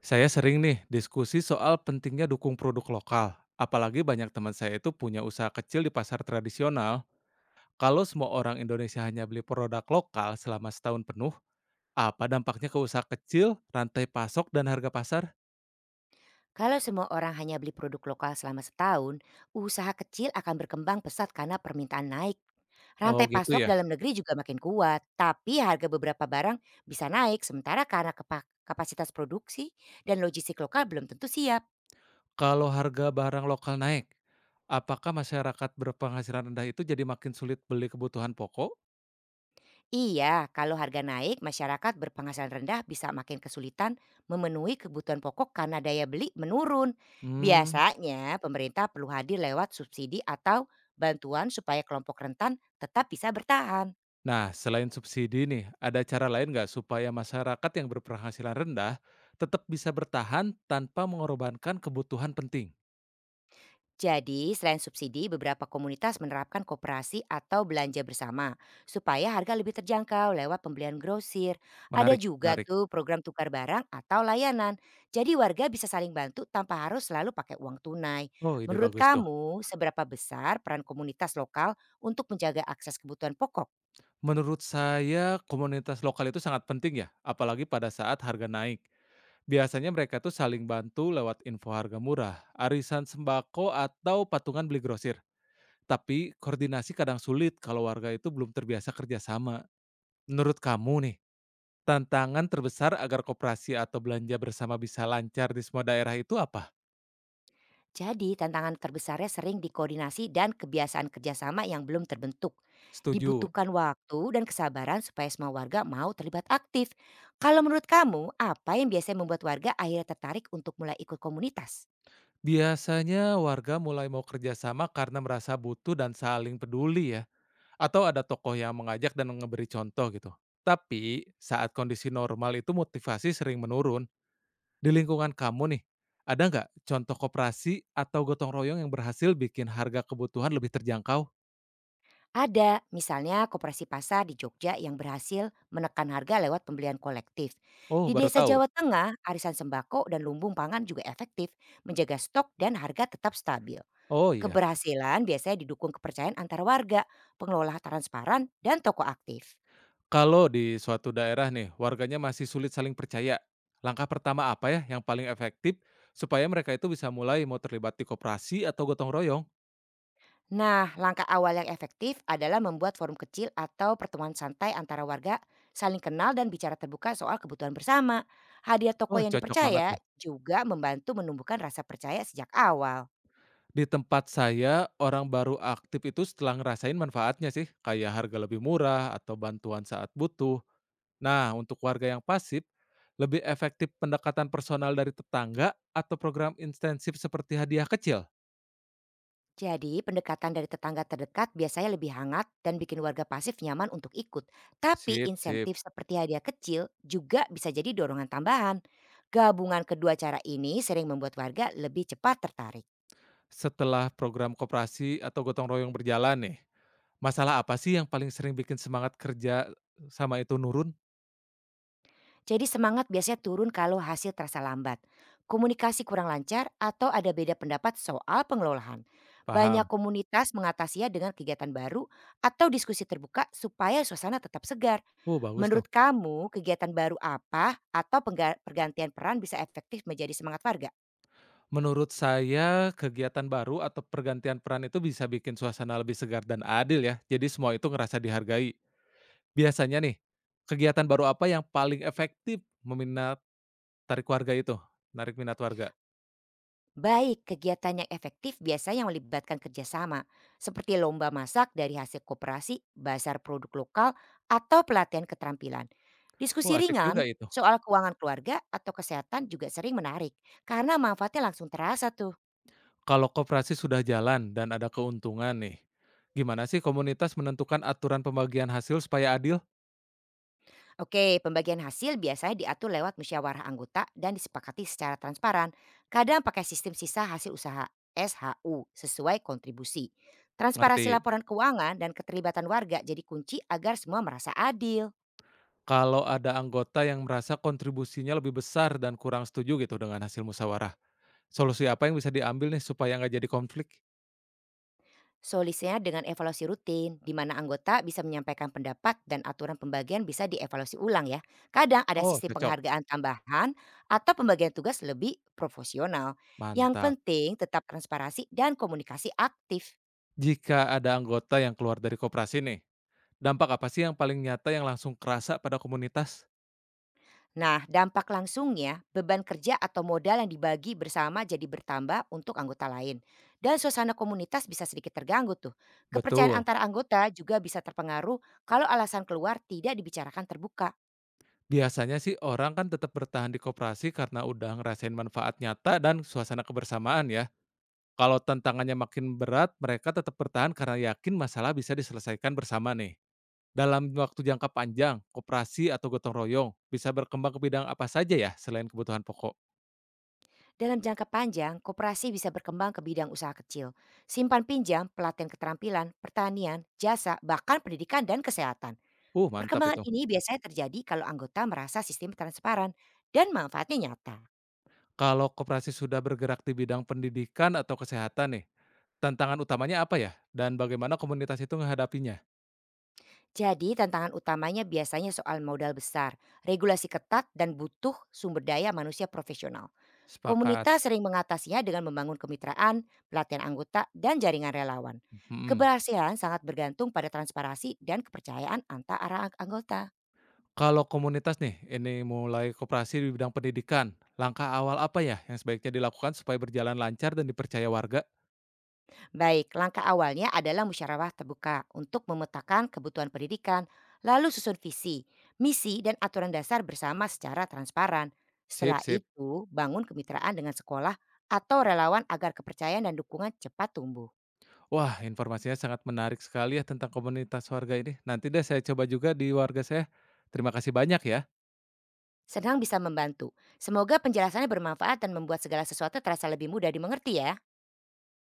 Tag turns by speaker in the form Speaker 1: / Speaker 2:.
Speaker 1: Saya sering nih diskusi soal pentingnya dukung produk lokal. Apalagi banyak teman saya itu punya usaha kecil di pasar tradisional. Kalau semua orang Indonesia hanya beli produk lokal selama setahun penuh, apa dampaknya ke usaha kecil, rantai pasok, dan harga pasar?
Speaker 2: Kalau semua orang hanya beli produk lokal selama setahun, usaha kecil akan berkembang pesat karena permintaan naik.
Speaker 1: Oh
Speaker 2: Rantai
Speaker 1: gitu
Speaker 2: pasok
Speaker 1: ya.
Speaker 2: dalam negeri juga makin kuat, tapi harga beberapa barang bisa naik sementara karena kapasitas produksi dan logistik lokal belum tentu siap.
Speaker 1: Kalau harga barang lokal naik, apakah masyarakat berpenghasilan rendah itu jadi makin sulit beli kebutuhan pokok?
Speaker 2: Iya, kalau harga naik, masyarakat berpenghasilan rendah bisa makin kesulitan memenuhi kebutuhan pokok karena daya beli menurun.
Speaker 1: Hmm.
Speaker 2: Biasanya, pemerintah perlu hadir lewat subsidi atau bantuan supaya kelompok rentan tetap bisa bertahan.
Speaker 1: Nah, selain subsidi nih, ada cara lain nggak supaya masyarakat yang berpenghasilan rendah tetap bisa bertahan tanpa mengorbankan kebutuhan penting?
Speaker 2: Jadi, selain subsidi, beberapa komunitas menerapkan kooperasi atau belanja bersama supaya harga lebih terjangkau lewat pembelian grosir. Ada
Speaker 1: Menarik,
Speaker 2: juga
Speaker 1: menarik.
Speaker 2: tuh program tukar barang atau layanan. Jadi warga bisa saling bantu tanpa harus selalu pakai uang tunai.
Speaker 1: Oh, ide
Speaker 2: Menurut
Speaker 1: bagus tuh.
Speaker 2: kamu, seberapa besar peran komunitas lokal untuk menjaga akses kebutuhan pokok?
Speaker 1: Menurut saya, komunitas lokal itu sangat penting ya, apalagi pada saat harga naik. Biasanya mereka tuh saling bantu lewat info harga murah, arisan sembako, atau patungan beli grosir. Tapi koordinasi kadang sulit kalau warga itu belum terbiasa kerjasama. Menurut kamu nih, tantangan terbesar agar koperasi atau belanja bersama bisa lancar di semua daerah itu apa?
Speaker 2: Jadi tantangan terbesarnya sering di koordinasi dan kebiasaan kerjasama yang belum terbentuk.
Speaker 1: Setuju.
Speaker 2: Dibutuhkan waktu dan kesabaran supaya semua warga mau terlibat aktif. Kalau menurut kamu, apa yang biasanya membuat warga akhirnya tertarik untuk mulai ikut komunitas?
Speaker 1: Biasanya warga mulai mau kerjasama karena merasa butuh dan saling peduli ya. Atau ada tokoh yang mengajak dan memberi contoh gitu. Tapi saat kondisi normal itu motivasi sering menurun. Di lingkungan kamu nih, ada nggak contoh koperasi atau gotong royong yang berhasil bikin harga kebutuhan lebih terjangkau?
Speaker 2: Ada, misalnya koperasi pasar di Jogja yang berhasil menekan harga lewat pembelian kolektif.
Speaker 1: Oh,
Speaker 2: Di
Speaker 1: baru
Speaker 2: desa
Speaker 1: tahu.
Speaker 2: Jawa Tengah, arisan sembako dan lumbung pangan juga efektif menjaga stok dan harga tetap stabil.
Speaker 1: Oh iya.
Speaker 2: Keberhasilan biasanya didukung kepercayaan antar warga, pengelola transparan, dan toko aktif.
Speaker 1: Kalau di suatu daerah nih, warganya masih sulit saling percaya. Langkah pertama apa ya yang paling efektif supaya mereka itu bisa mulai mau terlibat di koperasi atau gotong royong?
Speaker 2: Nah, langkah awal yang efektif adalah membuat forum kecil atau pertemuan santai antara warga, saling kenal dan bicara terbuka soal kebutuhan bersama. Hadiah
Speaker 1: Oh,
Speaker 2: toko yang
Speaker 1: cocok banget
Speaker 2: dipercaya
Speaker 1: tuh.
Speaker 2: juga membantu menumbuhkan rasa percaya sejak awal.
Speaker 1: Di tempat saya, orang baru aktif itu setelah ngerasain manfaatnya sih, kayak harga lebih murah atau bantuan saat butuh. Nah, untuk warga yang pasif, lebih efektif pendekatan personal dari tetangga atau program intensif seperti hadiah kecil.
Speaker 2: Jadi, pendekatan dari tetangga terdekat biasanya lebih hangat dan bikin warga pasif nyaman untuk ikut. Tapi
Speaker 1: Sip, sip.
Speaker 2: insentif seperti hadiah kecil juga bisa jadi dorongan tambahan. Gabungan kedua cara ini sering membuat warga lebih cepat tertarik.
Speaker 1: Setelah program koperasi atau gotong royong berjalan nih, masalah apa sih yang paling sering bikin semangat kerja sama itu nurun?
Speaker 2: Jadi semangat biasanya turun kalau hasil terasa lambat. Komunikasi kurang lancar atau ada beda pendapat soal pengelolaan.
Speaker 1: Paham.
Speaker 2: Banyak komunitas mengatasinya dengan kegiatan baru atau diskusi terbuka supaya suasana tetap segar.
Speaker 1: Oh, bagus tuh.
Speaker 2: Menurut kamu kegiatan baru apa atau pergantian peran bisa efektif menjadi semangat warga?
Speaker 1: Menurut saya, kegiatan baru atau pergantian peran itu bisa bikin suasana lebih segar dan adil ya. Jadi semua itu ngerasa dihargai. Biasanya nih, kegiatan baru apa yang paling efektif meminat tarik warga itu? Narik minat warga.
Speaker 2: Baik, kegiatan yang efektif biasanya melibatkan kerjasama, seperti lomba masak dari hasil kooperasi, bazar produk lokal, atau pelatihan keterampilan.
Speaker 1: Oh,
Speaker 2: Diskusi
Speaker 1: asik juga
Speaker 2: ringan
Speaker 1: itu.
Speaker 2: soal keuangan keluarga atau kesehatan juga sering menarik, karena manfaatnya langsung terasa tuh.
Speaker 1: Kalau koperasi sudah jalan dan ada keuntungan nih, gimana sih komunitas menentukan aturan pembagian hasil supaya adil?
Speaker 2: Oke, pembagian hasil biasanya diatur lewat musyawarah anggota dan disepakati secara transparan. Kadang pakai sistem sisa hasil usaha SHU sesuai kontribusi.
Speaker 1: Ngerti.
Speaker 2: Transparasi laporan keuangan dan keterlibatan warga jadi kunci agar semua merasa adil.
Speaker 1: Kalau ada anggota yang merasa kontribusinya lebih besar dan kurang setuju gitu dengan hasil musyawarah, solusi apa yang bisa diambil nih supaya nggak jadi konflik?
Speaker 2: Solusinya dengan evaluasi rutin, di mana anggota bisa menyampaikan pendapat dan aturan pembagian bisa dievaluasi ulang ya. Kadang ada
Speaker 1: Oh,
Speaker 2: sistem
Speaker 1: cocok.
Speaker 2: penghargaan tambahan atau pembagian tugas lebih profesional. Yang
Speaker 1: Mantap.
Speaker 2: penting tetap transparasi dan komunikasi aktif.
Speaker 1: Jika ada anggota yang keluar dari koperasi nih, dampak apa sih yang paling nyata yang langsung kerasa pada komunitas?
Speaker 2: Nah, dampak langsungnya beban kerja atau modal yang dibagi bersama jadi bertambah untuk anggota lain. Dan suasana komunitas bisa sedikit terganggu tuh. Kepercayaan
Speaker 1: Betul.
Speaker 2: antara anggota juga bisa terpengaruh kalau alasan keluar tidak dibicarakan terbuka.
Speaker 1: Biasanya sih orang kan tetap bertahan di koperasi karena udah ngerasain manfaat nyata dan suasana kebersamaan ya. Kalau tantangannya makin berat, mereka tetap bertahan karena yakin masalah bisa diselesaikan bersama nih. Dalam waktu jangka panjang, koperasi atau gotong royong bisa berkembang ke bidang apa saja ya selain kebutuhan pokok.
Speaker 2: Dalam jangka panjang, koperasi bisa berkembang ke bidang usaha kecil. Simpan pinjam, pelatihan keterampilan, pertanian, jasa, bahkan pendidikan dan kesehatan.
Speaker 1: Mantap
Speaker 2: Perkembangan
Speaker 1: itu.
Speaker 2: ini biasanya terjadi kalau anggota merasa sistem transparan dan manfaatnya nyata.
Speaker 1: Kalau koperasi sudah bergerak di bidang pendidikan atau kesehatan nih, tantangan utamanya apa ya? Dan bagaimana komunitas itu menghadapinya?
Speaker 2: Jadi tantangan utamanya biasanya soal modal besar, regulasi ketat dan butuh sumber daya manusia profesional.
Speaker 1: Sepakat.
Speaker 2: Komunitas sering mengatasinya dengan membangun kemitraan, pelatihan anggota, dan jaringan relawan.
Speaker 1: Mhm.
Speaker 2: Keberhasilan sangat bergantung pada transparansi dan kepercayaan antara anggota.
Speaker 1: Kalau komunitas nih, ini mulai kooperasi di bidang pendidikan, langkah awal apa ya yang sebaiknya dilakukan supaya berjalan lancar dan dipercaya warga?
Speaker 2: Baik, langkah awalnya adalah musyawarah terbuka untuk memetakan kebutuhan pendidikan, lalu susun visi, misi, dan aturan dasar bersama secara transparan.
Speaker 1: Sip,
Speaker 2: Setelah
Speaker 1: sip.
Speaker 2: itu, bangun kemitraan dengan sekolah atau relawan agar kepercayaan dan dukungan cepat tumbuh.
Speaker 1: Wah, informasinya sangat menarik sekali ya tentang komunitas warga ini. Nanti deh saya coba juga di warga saya. Terima kasih banyak ya.
Speaker 2: Senang bisa membantu. Semoga penjelasannya bermanfaat dan membuat segala sesuatu terasa lebih mudah dimengerti ya.